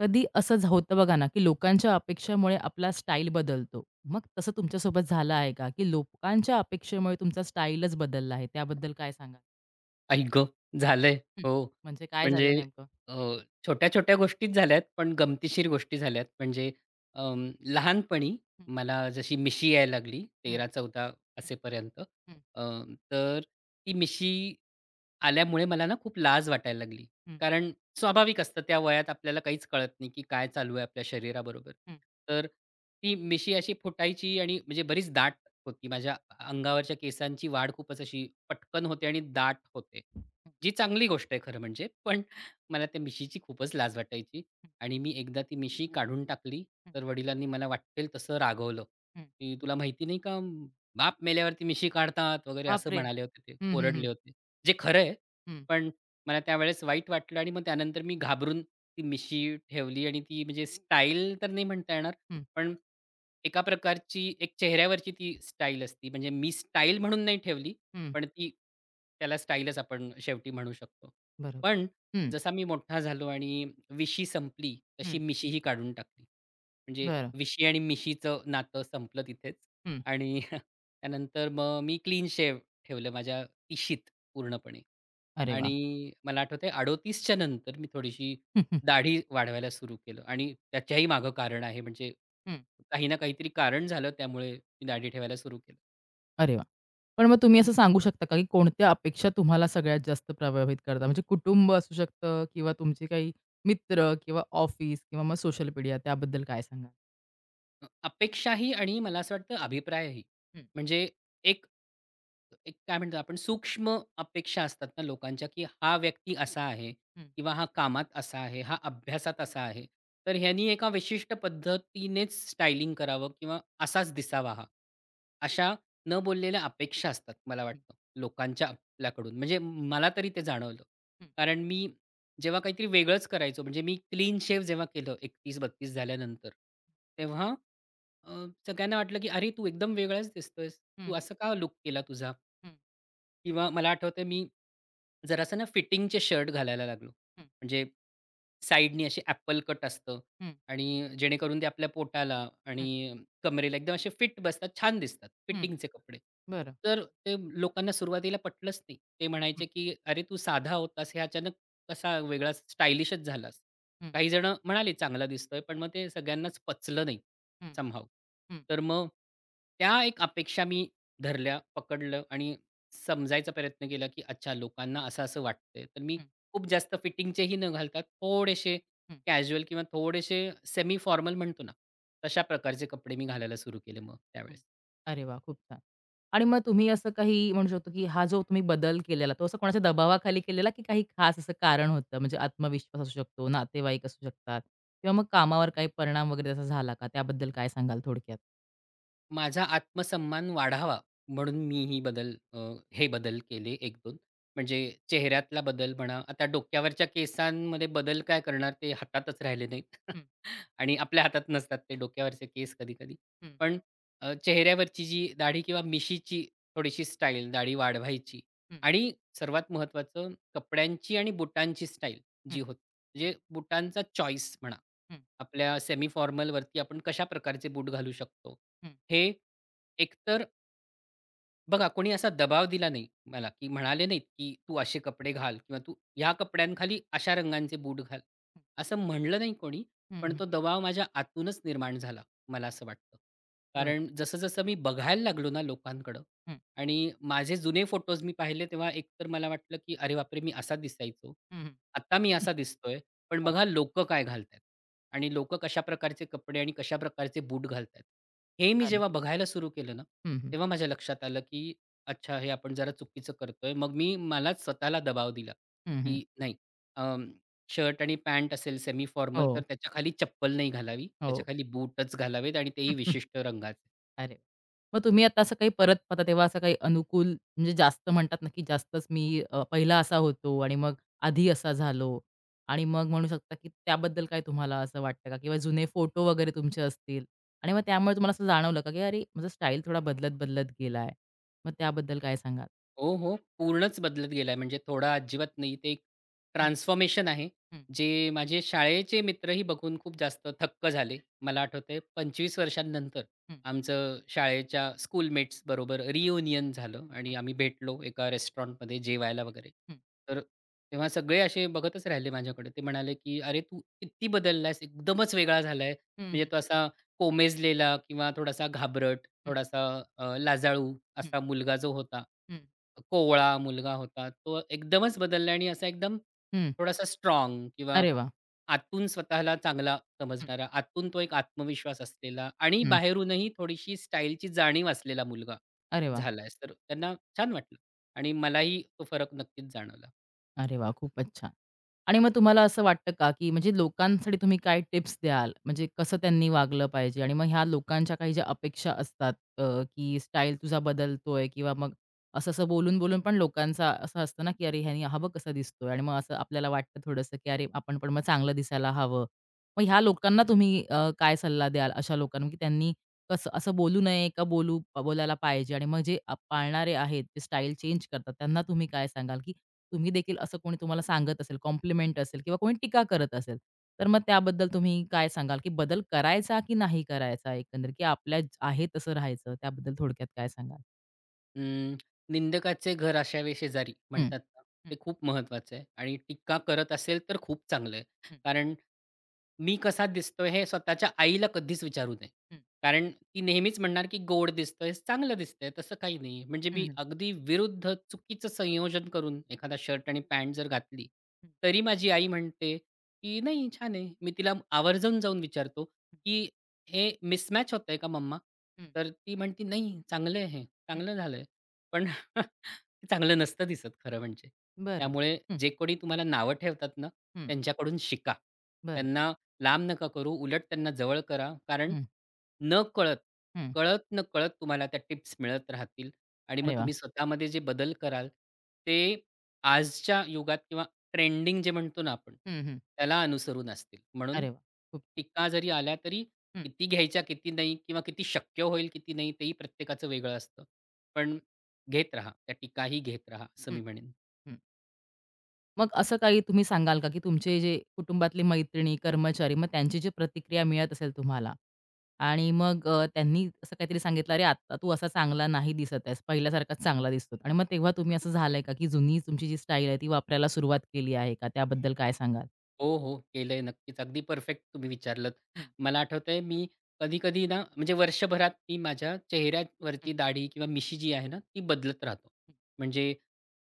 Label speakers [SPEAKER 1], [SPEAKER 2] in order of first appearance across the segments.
[SPEAKER 1] कधी असंच होतं बघा ना, की लोकांच्या अपेक्षेमुळे आपला स्टाईल बदलतो. मग तसं तुमच्यासोबत झालं आहे का, की लोकांच्या अपेक्षेमुळे तुमचा स्टाईलच बदलला आहे? त्याबद्दल काय सांगा?
[SPEAKER 2] आई गं! झालंय.
[SPEAKER 1] हं.
[SPEAKER 2] हो.
[SPEAKER 1] म्हणजे काय
[SPEAKER 2] म्हणजे
[SPEAKER 1] झालं नेमकं?
[SPEAKER 2] अ, छोट्या-छोट्या गोष्टीच झाल्यात, पण गमतीशीर गोष्टी झाल्यात. म्हणजे लहानपणी
[SPEAKER 1] हं,
[SPEAKER 2] मला जशी मिशी यायला लागली
[SPEAKER 1] हं,
[SPEAKER 2] 13-14
[SPEAKER 1] हं,
[SPEAKER 2] असेपर्यंत
[SPEAKER 1] हं,
[SPEAKER 2] अ, तर ती मिशी आल्यामुळे मला ना खूप लाज वाटायला लागली.
[SPEAKER 1] हं,
[SPEAKER 2] कारण स्वाभाविक असतं त्या वयात आपल्याला काहीच कळत नाही, की काय चालू आहे आपल्या शरीराबरोबर.
[SPEAKER 1] हं,
[SPEAKER 2] तर ती मिशी अशी फुटायची आणि म्हणजे बरीच दाट होती. माझ्या अंगावरच्या केसांची वाढ खूपच अशी पटकन होते आणि दाट होते.
[SPEAKER 1] हं,
[SPEAKER 2] जी चांगली गोष्ट आहे खरं म्हणजे. पण मला त्या मिशीची खूपच लाज वाटायची
[SPEAKER 1] हं,
[SPEAKER 2] आणि मी एकदा ती मिशी काढून टाकली.
[SPEAKER 1] हं,
[SPEAKER 2] तर वडिलांनी मला वाटेल तसं रागवलं, की "तुला माहिती नाही का म, बाप मेल्यावरती मिशी काढतात" वगैरे असं
[SPEAKER 1] बापरे!
[SPEAKER 2] म्हणाले होते ते.
[SPEAKER 1] हं, हं, हं,
[SPEAKER 2] ओरडले होते. जे खरं आहे.
[SPEAKER 1] हं,
[SPEAKER 2] पण मला त्यावेळेस वाईट वाटलं आणि मग त्यानंतर मी घाबरून ती मिशी ठेवली आणि ती म्हणजे स्टाईल तर नाही म्हणता येणार.
[SPEAKER 1] हं,
[SPEAKER 2] पण एका प्रकारची एक चेहऱ्यावरची ती स्टाईल असती. म्हणजे मी स्टाईल म्हणून नाही ठेवली,
[SPEAKER 1] हं.
[SPEAKER 2] पण ती त्याला स्टाईलच आपण शेवटी म्हणू शकतो.
[SPEAKER 1] बरोबर.
[SPEAKER 2] पण
[SPEAKER 1] हं,
[SPEAKER 2] जसा मी मोठा झालो आणि विशी संपली,
[SPEAKER 1] हं.
[SPEAKER 2] तशी मिशीही काढून टाकली. म्हणजे
[SPEAKER 1] बरं.
[SPEAKER 2] विशी आणि मिशीचं नातं संपलं तिथेच
[SPEAKER 1] हं.
[SPEAKER 2] आणि त्यानंतर मग मी क्लीन शेव्ह ठेवलं माझ्या इशीत पूर्णपणे.
[SPEAKER 1] अरे वाह!
[SPEAKER 2] आणि मला आठवतंय 38 च्या नंतर मी थोडीशी
[SPEAKER 1] हं, हं,
[SPEAKER 2] दाढी वाढवायला सुरू केलं आणि त्याच्याही मागं कारण आहे म्हणजे
[SPEAKER 1] हं.
[SPEAKER 2] काही ना काहीतरी कारण झालं त्यामुळे मी दाढी ठेवायला सुरू केलं.
[SPEAKER 1] अरे वाह! पण मग तुम्ही असं सांगू शकता का, की कोणत्या अपेक्षा तुम्हाला सगळ्यात जास्त प्रभावित करतात? म्हणजे कुटुंब असू शकतं किंवा तुमचे काही मित्र किंवा ऑफिस किंवा मग सोशल मीडिया त्याबद्दल काय सांगाल?
[SPEAKER 2] अपेक्षाही आणि मला असं वाटतं अभिप्रायही.
[SPEAKER 1] हं,
[SPEAKER 2] म्हणजे एक एक काय म्हणतो आपण सूक्ष्म अपेक्षा असतात ना लोकांच्या, की हा व्यक्ती असा आहे
[SPEAKER 1] हं,
[SPEAKER 2] किंवा हा कामात असा आहे, हा अभ्यासात असा आहे. तर ह्यानी एका विशिष्ट पद्धतीनेच स्टायलिंग करावं किंवा असाच दिसावा हा. अशा न बोललेल्या अपेक्षा असतात मला
[SPEAKER 1] हं,
[SPEAKER 2] वाटतं लोकांच्या आपल्याकडून. म्हणजे मला तरी ते जाणवलं.
[SPEAKER 1] हं,
[SPEAKER 2] कारण मी जेव्हा काहीतरी वेगळंच करायचो म्हणजे मी क्लीन शेव्ह जेव्हा केलं 31-32 झाल्यानंतर, तेव्हा सगळ्यांना वाटलं, की "अरे, तू एकदम वेगळाच दिसतोयस. तू
[SPEAKER 1] हं,
[SPEAKER 2] असं का लूक केला तुझा?"
[SPEAKER 1] हं,
[SPEAKER 2] किंवा मला आठवतंय मी जरासं ना फिटिंगचे शर्ट घालायला लागलो.
[SPEAKER 1] हं,
[SPEAKER 2] म्हणजे साइडनी अशी ॲपल कट असतं
[SPEAKER 1] हं,
[SPEAKER 2] आणि जेणेकरून ते आपल्या पोटाला
[SPEAKER 1] हं,
[SPEAKER 2] आणि कमरेला एकदम असे फिट बसतात. छान दिसतात
[SPEAKER 1] हं.
[SPEAKER 2] फिटिंगचे कपडे.
[SPEAKER 1] बरं.
[SPEAKER 2] तर ते लोकांना सुरुवातीला पटलंच नाही. ते
[SPEAKER 1] हं,
[SPEAKER 2] म्हणायचे, की "अरे, तू साधा होतास, हे अचानक कसा वेगळा स्टायलिशच झालास."
[SPEAKER 1] हं,
[SPEAKER 2] काही जण म्हणाले, "चांगला दिसतोय." पण मग ते सगळ्यांनाच पचलं नाही
[SPEAKER 1] हं,
[SPEAKER 2] समहाऊ.
[SPEAKER 1] हं,
[SPEAKER 2] तर मग त्या एक अपेक्षा मी धरल्या, पकडलं आणि समजायचा प्रयत्न केला, की अच्छा लोकांना असं-असं वाटतंय. तर मी
[SPEAKER 1] हं,
[SPEAKER 2] खूप जास्त फिटिंगचेही न घालता थोडेसे
[SPEAKER 1] हं.
[SPEAKER 2] कॅज्युअल किंवा थोडेसे सेमी फॉर्मल म्हणतो ना, तशा प्रकारचे कपडे मी घालायला सुरू केले मग
[SPEAKER 1] हं.
[SPEAKER 2] त्यावेळेस.
[SPEAKER 1] अरे वा, खूप छान. आणि मग तुम्ही असं काही म्हणू शकतो, की हा जो तुम्ही बदल केलेला, तो असं कोणाच्या दबावाखाली केलेला, की काही खास असं कारण होतं? म्हणजे आत्मविश्वास असू शकतो, नातेवाईक असू शकतात किंवा मग कामावर काही परिणाम वगैरे त्याचा झाला का? त्याबद्दल काय सांगाल थोडक्यात?
[SPEAKER 2] माझा आत्मसन्मान वाढावा म्हणून मी ही बदल अ, हे बदल केले 1-2 म्हणजे चेहऱ्यातला बदल म्हणा, आता डोक्यावरच्या केसांमध्ये बदल काय करणार ते हातातच राहिले नाहीत
[SPEAKER 1] हं,
[SPEAKER 2] आणि आपल्या हातात नसतात ते डोक्यावरचे केस कधी-कधी.
[SPEAKER 1] हं, हं,
[SPEAKER 2] पण चेहऱ्यावरची जी दाढी किंवा मिशीची थोडीशी स्टाईल दाढी वाढवायची
[SPEAKER 1] हं,
[SPEAKER 2] आणि सर्वात महत्त्वाचं कपड्यांची आणि बुटांची स्टाईल
[SPEAKER 1] हं,
[SPEAKER 2] जी होती म्हणजे बुटांचा चॉईस म्हणा. आपल्या सेमी फॉर्मलवरती आपण कशा प्रकारचे बूट घालू शकतो
[SPEAKER 1] हं, हं,
[SPEAKER 2] हे एकतर बघा कोणी असा दबाव दिला नाही मला, की म्हणाले नाहीत, की "तू असे कपडे घाल" किंवा "तू ह्या कपड्यांखाली अशा रंगांचे बूट घाल." असं म्हणलं नाही कोणी,
[SPEAKER 1] हं,
[SPEAKER 2] पण
[SPEAKER 1] हं.
[SPEAKER 2] तो दबाव माझ्या आतूनच निर्माण झाला, मला असं वाटतं.
[SPEAKER 1] बरं.
[SPEAKER 2] कारण जसं-जसं मी बघायला लागलो ना लोकांकडं
[SPEAKER 1] हं,
[SPEAKER 2] आणि माझे जुने फोटोज मी पाहिले तेव्हा एकतर मला वाटलं, की "अरे बापरे! मी असा दिसायचो.
[SPEAKER 1] हं, हं.
[SPEAKER 2] आता मी
[SPEAKER 1] हं.
[SPEAKER 2] असा दिसतोय, पण बघा लोकं काय घालतायत." आणि लोकं कशा प्रकारचे कपडे आणि कशा प्रकारचे बूट घालतायत. हे मी
[SPEAKER 1] अरे.
[SPEAKER 2] जेव्हा बघायला सुरू केलं ना,
[SPEAKER 1] हं, हं.
[SPEAKER 2] तेव्हा माझ्या लक्षात आलं, की अच्छा हे आपण जरा चुकीचं करतोय. मग मी मलाच स्वतःला दबाव दिला,
[SPEAKER 1] हं, हं.
[SPEAKER 2] की नाही शर्ट आणि पॅन्ट असेल सेमी फॉर्मल तर
[SPEAKER 1] हो,
[SPEAKER 2] त्याच्याखाली चप्पल नाही घालावी.
[SPEAKER 1] हो.
[SPEAKER 2] त्याच्याखाली बूटच घालावेत आणि तेही विशिष्ट रंगाचे.
[SPEAKER 1] अरे! मग तुम्ही आता असं काही परत आता तेव्हा असं काही अनुकूल म्हणजे जास्त म्हणतात ना, की जास्तच मी पहिला असा होतो आणि मग आधी असा झालो आणि मग म्हणू शकता, की त्याबद्दल काय तुम्हाला असं वाटतं का? किंवा जुने फोटो वगैरे तुमचे असतील आणि मग त्यामुळे तुम्हाला असं जाणवलं का, की अरे, माझा स्टाईल थोडा बदलत-बदलत गेलाय? मग त्याबद्दल काय सांगाल?
[SPEAKER 2] हो, हो. पूर्णच बदलत गेलाय म्हणजे थोडा अजिबात नाही. ते एक
[SPEAKER 1] हं,
[SPEAKER 2] ट्रान्सफॉर्मेशन आहे.
[SPEAKER 1] हं,
[SPEAKER 2] जे माझे शाळेचे मित्रही बघून खूप जास्त थक्क झाले. मला आठवतंय 25 वर्षांनंतर
[SPEAKER 1] हं,
[SPEAKER 2] आमचं शाळेच्या स्कूलमेट्स बरोबर रियुनियन झालं आणि
[SPEAKER 1] हं,
[SPEAKER 2] आम्ही भेटलो एका रेस्टॉरंटमध्ये जेवायला वगैरे.
[SPEAKER 1] हं,
[SPEAKER 2] तर तेव्हा सगळे असे बघतच राहिले माझ्याकडे. ते म्हणाले, की "अरे, तू किती बदललायस, एकदमच वेगळा झालाय.
[SPEAKER 1] हं,
[SPEAKER 2] म्हणजे
[SPEAKER 1] हं,
[SPEAKER 2] तो असा कोमेजलेला किंवा थोडासा घाबरट,
[SPEAKER 1] हं,
[SPEAKER 2] थोडासा लाजाळू
[SPEAKER 1] हं,
[SPEAKER 2] असा मुलगा जो होता
[SPEAKER 1] हं,
[SPEAKER 2] कोवळा मुलगा होता. तो एकदमच बदलला आणि असा एकदम थोडासा स्ट्राँग किंवा
[SPEAKER 1] अरे वाह!
[SPEAKER 2] आतून स्वतःला चांगला
[SPEAKER 1] हं,
[SPEAKER 2] समजणारा, आतून तो एक आत्मविश्वास असलेला आणि
[SPEAKER 1] हं.
[SPEAKER 2] बाहेरूनही थोडीशी स्टाईलची जाणीव असलेला मुलगा
[SPEAKER 1] अरे वाह!
[SPEAKER 2] झालाय. तर त्यांना छान वाटलं आणि मलाही तो फरक नक्कीच जाणवला.
[SPEAKER 1] अरे वाह! खूपच छान. आणि मग तुम्हाला असं वाटतं का, की म्हणजे लोकांसाठी तुम्ही काय टिप्स द्याल? म्हणजे कसं त्यांनी वागलं पाहिजे? आणि मग ह्या लोकांच्या काही ज्या अपेक्षा असतात की स्टाईल तुझा बदलतोय किंवा मग असं-असं बोलून-बोलून पण लोकांचा असं असतं ना, की "अरे, ह्यानी हा बघ दिसतोय." आणि मग असं आपल्याला वाटतं थोडंसं, की "अरे, आपण पण मग चांगलं दिसायला हवं." मग ह्या लोकांना तुम्ही काय सल्ला द्याल अशा लोकांना, की त्यांनी कसं असं बोलू नये का बोलू बोलायला पाहिजे? आणि मग जे पाळणारे आहेत, ते स्टाईल चेंज करतात, त्यांना तुम्ही काय सांगाल? की तुम्ही देखील असं कोणी तुम्हाला सांगत असेल, कॉम्प्लिमेंट असेल किंवा कोणी टीका करत असेल, तर मग त्याबद्दल तुम्ही काय सांगाल? की बदल करायचा की नाही करायचा एकंदरीत? की आपल्या आहे तसं राहायचं? त्याबद्दल थोडक्यात काय सांगाल?
[SPEAKER 2] अं, निंदकाचे घर अशावे शेजारी
[SPEAKER 1] हं,
[SPEAKER 2] म्हणतात ना,
[SPEAKER 1] हं,
[SPEAKER 2] ते खूप महत्वाचं आहे आणि टीका करत असेल तर खूप चांगलं आहे.
[SPEAKER 1] हं,
[SPEAKER 2] कारण मी कसा दिसतोय हे स्वतःच्या आईला कधीच विचारू नये.
[SPEAKER 1] हं,
[SPEAKER 2] कारण ती नेहमीच म्हणणार, की "गोड दिसतोयस, चांगलं दिसतंय, तसं काही नाही." म्हणजे
[SPEAKER 1] हं,
[SPEAKER 2] मी
[SPEAKER 1] हं,
[SPEAKER 2] अगदी विरुद्ध चुकीचं संयोजन करून एखादा शर्ट आणि पॅन्ट जर घातली,
[SPEAKER 1] हं,
[SPEAKER 2] तरी माझी आई म्हणते, की "नाही छान आहे." मी तिला आवर्जून जाऊन विचारतो,
[SPEAKER 1] हं,
[SPEAKER 2] की "हे मिसमॅच होतंय का मम्मा?"
[SPEAKER 1] हं,
[SPEAKER 2] तर ती म्हणते, "नाही, चांगलं आहे हे,
[SPEAKER 1] हं.
[SPEAKER 2] चांगलं झालंय." पण ते चांगलं नसतं दिसत खरं म्हणजे.
[SPEAKER 1] बरं.
[SPEAKER 2] त्यामुळे
[SPEAKER 1] हं,
[SPEAKER 2] जे कोणी तुम्हाला नावं ठेवतात ना,
[SPEAKER 1] हं.
[SPEAKER 2] त्यांच्याकडून शिका.
[SPEAKER 1] बरं.
[SPEAKER 2] त्यांना लांब नका करू, उलट त्यांना जवळ करा. कारण
[SPEAKER 1] हं,
[SPEAKER 2] नकळत,
[SPEAKER 1] हं.
[SPEAKER 2] कळत-नकळत तुम्हाला त्या टिप्स मिळत राहतील आणि मग
[SPEAKER 1] अरे वाह!
[SPEAKER 2] तुम्ही स्वतःमध्ये जे बदल कराल, ते आजच्या युगात किंवा ट्रेंडिंग जे म्हणतो ना आपण,
[SPEAKER 1] हं, हं.
[SPEAKER 2] त्याला अनुसरून असतील. म्हणून
[SPEAKER 1] अरे वाह! खूप छान.
[SPEAKER 2] टीका जरी आल्या तरी
[SPEAKER 1] हं,
[SPEAKER 2] किती घ्यायच्या, किती नाही किंवा किती शक्य होईल, किती नाही, तेही प्रत्येकाचं वेगळं असतं. पण घेत राहा. त्या टीकाही घेत राहा, असं
[SPEAKER 1] हं,
[SPEAKER 2] मी म्हणेन.
[SPEAKER 1] हं. मग असं काही तुम्ही सांगाल का, की तुमचे जे कुटुंबातले मैत्रिणी, कर्मचारी मग त्यांची जी प्रतिक्रिया मिळत असेल तुम्हाला आणि मग त्यांनी असं काहीतरी सांगितलं, "अरे, आता तू असा चांगला नाही दिसत आहेस, पहिल्यासारखाच चांगला दिसतो." आणि मग तेव्हा तुम्ही असं झालंय का, की जुनी तुमची जी स्टाईल आहे ती वापरायला सुरुवात केली आहे का? त्याबद्दल काय सांगाल?
[SPEAKER 2] हो, हो. केलंय नक्कीच. अगदी परफेक्ट तुम्ही विचारलंत.
[SPEAKER 1] हं,
[SPEAKER 2] मला आठवतंय मी कधी-कधी ना म्हणजे वर्षभरात मी माझ्या
[SPEAKER 1] हं, हं,
[SPEAKER 2] चेहऱ्यावरची दाढी किंवा मिशी जी आहे ना, ती बदलत राहतो. म्हणजे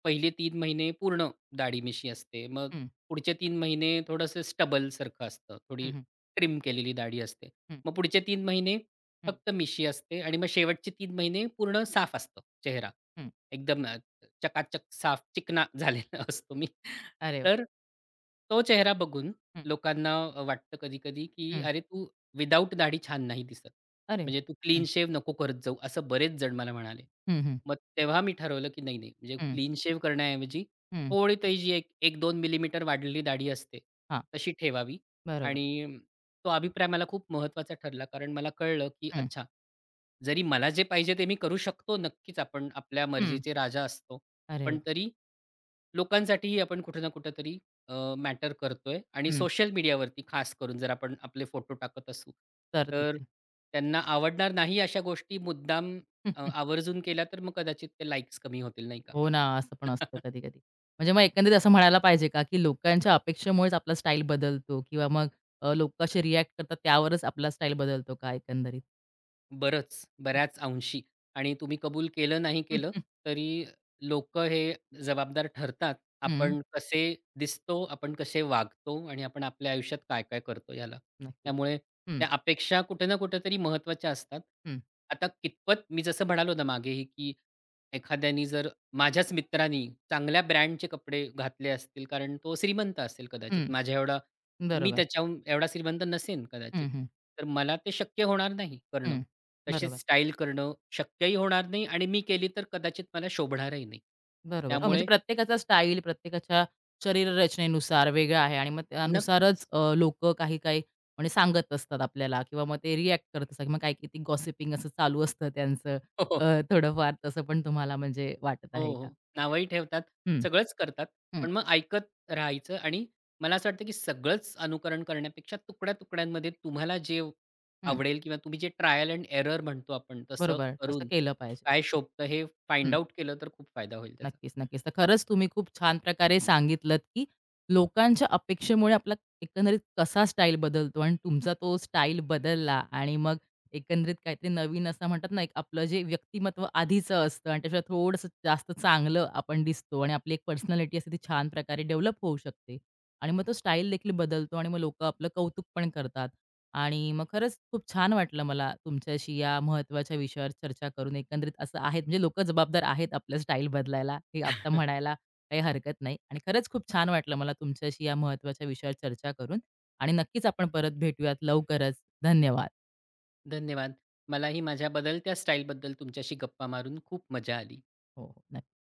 [SPEAKER 2] पहिले 3 महिने पूर्ण दाढी-मिशी असते. मग
[SPEAKER 1] हं,
[SPEAKER 2] पुढचे 3 महिने थोडंसं स्टबलसारखं असतं. थोडी
[SPEAKER 1] हं,
[SPEAKER 2] ट्रिम केलेली दाढी असते.
[SPEAKER 1] हं, हं,
[SPEAKER 2] मग पुढचे 3 महिने
[SPEAKER 1] हं,
[SPEAKER 2] फक्त मिशी असते आणि मग शेवटचे 3 महिने पूर्ण साफ असतो चेहरा. एकदम चकाचक साफ चिकना झालेला असतो मी.
[SPEAKER 1] अरे वाह!
[SPEAKER 2] तर तो चेहरा बघून
[SPEAKER 1] हं,
[SPEAKER 2] लोकांना वाटतं कधी-कधी, की
[SPEAKER 1] हं.
[SPEAKER 2] "अरे, तू विदाऊट दाढी छान नाही दिसत.
[SPEAKER 1] अरे
[SPEAKER 2] म्हणजे तू क्लीन
[SPEAKER 1] हं,
[SPEAKER 2] शेव नको करत जाऊ." असं बरेच जण मला म्हणाले.
[SPEAKER 1] हं, हं,
[SPEAKER 2] मग तेव्हा मी ठरवलं, की नाही, नाही म्हणजे
[SPEAKER 1] हं,
[SPEAKER 2] क्लीन शेव्ह करण्याऐवजी
[SPEAKER 1] हं.
[SPEAKER 2] थोडी ती जी एक 1-2 मिलीमीटर वाढलेली दाढी असते,
[SPEAKER 1] हां,
[SPEAKER 2] तशी ठेवावी
[SPEAKER 1] बरोबर.
[SPEAKER 2] आणि तो अभिप्राय मला खूप महत्त्वाचा ठरला. कारण मला कळलं, की
[SPEAKER 1] हं,
[SPEAKER 2] अच्छा जरी मला जे पाहिजे ते मी करू शकतो, नक्कीच आपण आपल्या
[SPEAKER 1] हं.
[SPEAKER 2] मर्जीचे राजा असतो.
[SPEAKER 1] अरे
[SPEAKER 2] पण
[SPEAKER 1] वाह!
[SPEAKER 2] तरी लोकांसाठीही आपण कुठे ना कुठेतरी मॅटर करतोय आणि
[SPEAKER 1] हं.
[SPEAKER 2] सोशल मीडियावरती खास करून जर आपण आपले फोटो टाकत असू,
[SPEAKER 1] तर
[SPEAKER 2] तर
[SPEAKER 1] देखील.
[SPEAKER 2] त्यांना आवडणार नाही अशा गोष्टी मुद्दाम आवर्जून केल्या तर मग कदाचित ते लाइक्स कमी होतील, नाही का?
[SPEAKER 1] हो ना, असं पण असतं कधी-कधी. म्हणजे मग एकंदरीत असं म्हणायला पाहिजे का, की लोकांच्या अपेक्षेमुळेच आपला स्टाईल बदलतो किंवा मग लोकं कसे रिएक्ट करतात त्यावरच आपला स्टाईल बदलतो का एकंदरीत?
[SPEAKER 2] बरंच, बऱ्याच अंशी आणि तुम्ही कबूल केलं नाही केलं तरी लोकं हे जबाबदार ठरतात.
[SPEAKER 1] हं,
[SPEAKER 2] आपण कसे दिसतो, आपण कसे वागतो आणि आपण आपल्या आयुष्यात काय-काय करतो याला.
[SPEAKER 1] नक्कीच.
[SPEAKER 2] त्यामुळे
[SPEAKER 1] हं,
[SPEAKER 2] त्या अपेक्षा कुठे ना कुठेतरी महत्त्वाच्या असतात.
[SPEAKER 1] हं,
[SPEAKER 2] आता कितपत मी जसं म्हणालो ना मागेही, की एखाद्यानी जर माझ्याच मित्रानी चांगल्या ब्रँडचे कपडे घातले असतील कारण तो श्रीमंत असेल कदाचित.
[SPEAKER 1] हं.
[SPEAKER 2] माझ्या एवढा मी
[SPEAKER 1] बरोबर.
[SPEAKER 2] त्याच्याहून एवढा श्रीमंत नसेन कदाचित.
[SPEAKER 1] हं, हं,
[SPEAKER 2] तर मला ते शक्य होणार नाही करणं.
[SPEAKER 1] हं.
[SPEAKER 2] तशीच
[SPEAKER 1] बरोबर.
[SPEAKER 2] स्टाईल करणं शक्यही होणार नाही आणि मी केली तर कदाचित मला शोभणारही नाही.
[SPEAKER 1] बरोबर. हो, म्हणजे
[SPEAKER 2] त्यामुळे
[SPEAKER 1] प्रत्येकाचा स्टाईल, प्रत्येकाच्या शरीररचनेनुसार वेगळं आहे आणि मग त्यानुसारच
[SPEAKER 2] नक्कीच.
[SPEAKER 1] लोक काही-काही म्हणजे सांगत असतात आपल्याला किंवा मग ते रिएक्ट करत असतात. मग काही किती गॉसिपिंग असं चालू असतं त्यांचं
[SPEAKER 2] हो,
[SPEAKER 1] अ,
[SPEAKER 2] हो.
[SPEAKER 1] थोडंफार तसं पण तुम्हाला म्हणजे वाटत
[SPEAKER 2] हो,
[SPEAKER 1] आहे का?
[SPEAKER 2] हो. नावही ठेवतात,
[SPEAKER 1] हं,
[SPEAKER 2] सगळंच करतात.
[SPEAKER 1] हं,
[SPEAKER 2] पण मग ऐकत राहायचं आणि मला असं वाटतं, की सगळंच अनुकरण करण्यापेक्षा तुकड्या-तुकड्यांमध्ये तुम्हाला जे
[SPEAKER 1] हं.
[SPEAKER 2] आवडेल किंवा तुम्ही जे ट्रायल एंड एरर म्हणतो आपण तसं
[SPEAKER 1] बरोबर. तसं
[SPEAKER 2] करून
[SPEAKER 1] केलं पाहिजे.
[SPEAKER 2] काय शोभतं हे फाइंड आउट केलं तर खूप फायदा होईल त्याचा.
[SPEAKER 1] नक्कीच, नक्कीच. तर खरंच तुम्ही खूप छान प्रकारे सांगितलत, की लोकांच्या अपेक्षेमुळे आपला एकंदरीत कसा स्टाईल बदलतो आणि तुमचा तो स्टाईल बदलला आणि मग एकंदरीत काहीतरी नवीन असं म्हणतात ना, एक आपलं जे व्यक्तिमत्व आधीचं असतं आणि त्याच्यात थोडंसं जास्त चांगलं आपण दिसतो आणि आपली एक पर्सनॅलिटी असते ती छान प्रकारे डेव्हलप होऊ शकते आणि मग तो स्टाईल देखील बदलतो आणि मग लोकं आपलं कौतुक पण करतात. आणि मग खरंच खूप छान वाटलं मला तुमच्याशी या महत्त्वाच्या विषयावर चर्चा करून. एकंदरीत असं आहेत म्हणजे लोकं जबाबदार आहेत आपल्या स्टाईल बदलायला, हे आता म्हणायला काही हरकत नाही. आणि खरंच खूप छान वाटलं मला तुमच्याशी या महत्त्वाच्या विषयावर चर्चा करून आणि नक्कीच आपण परत भेटूयात लवकरच. धन्यवाद.
[SPEAKER 2] धन्यवाद. मलाही माझ्या बदलत्या स्टाईलबद्दल तुमच्याशी गप्पा मारून खूप मजा आली.
[SPEAKER 1] हो, हो. नक्की.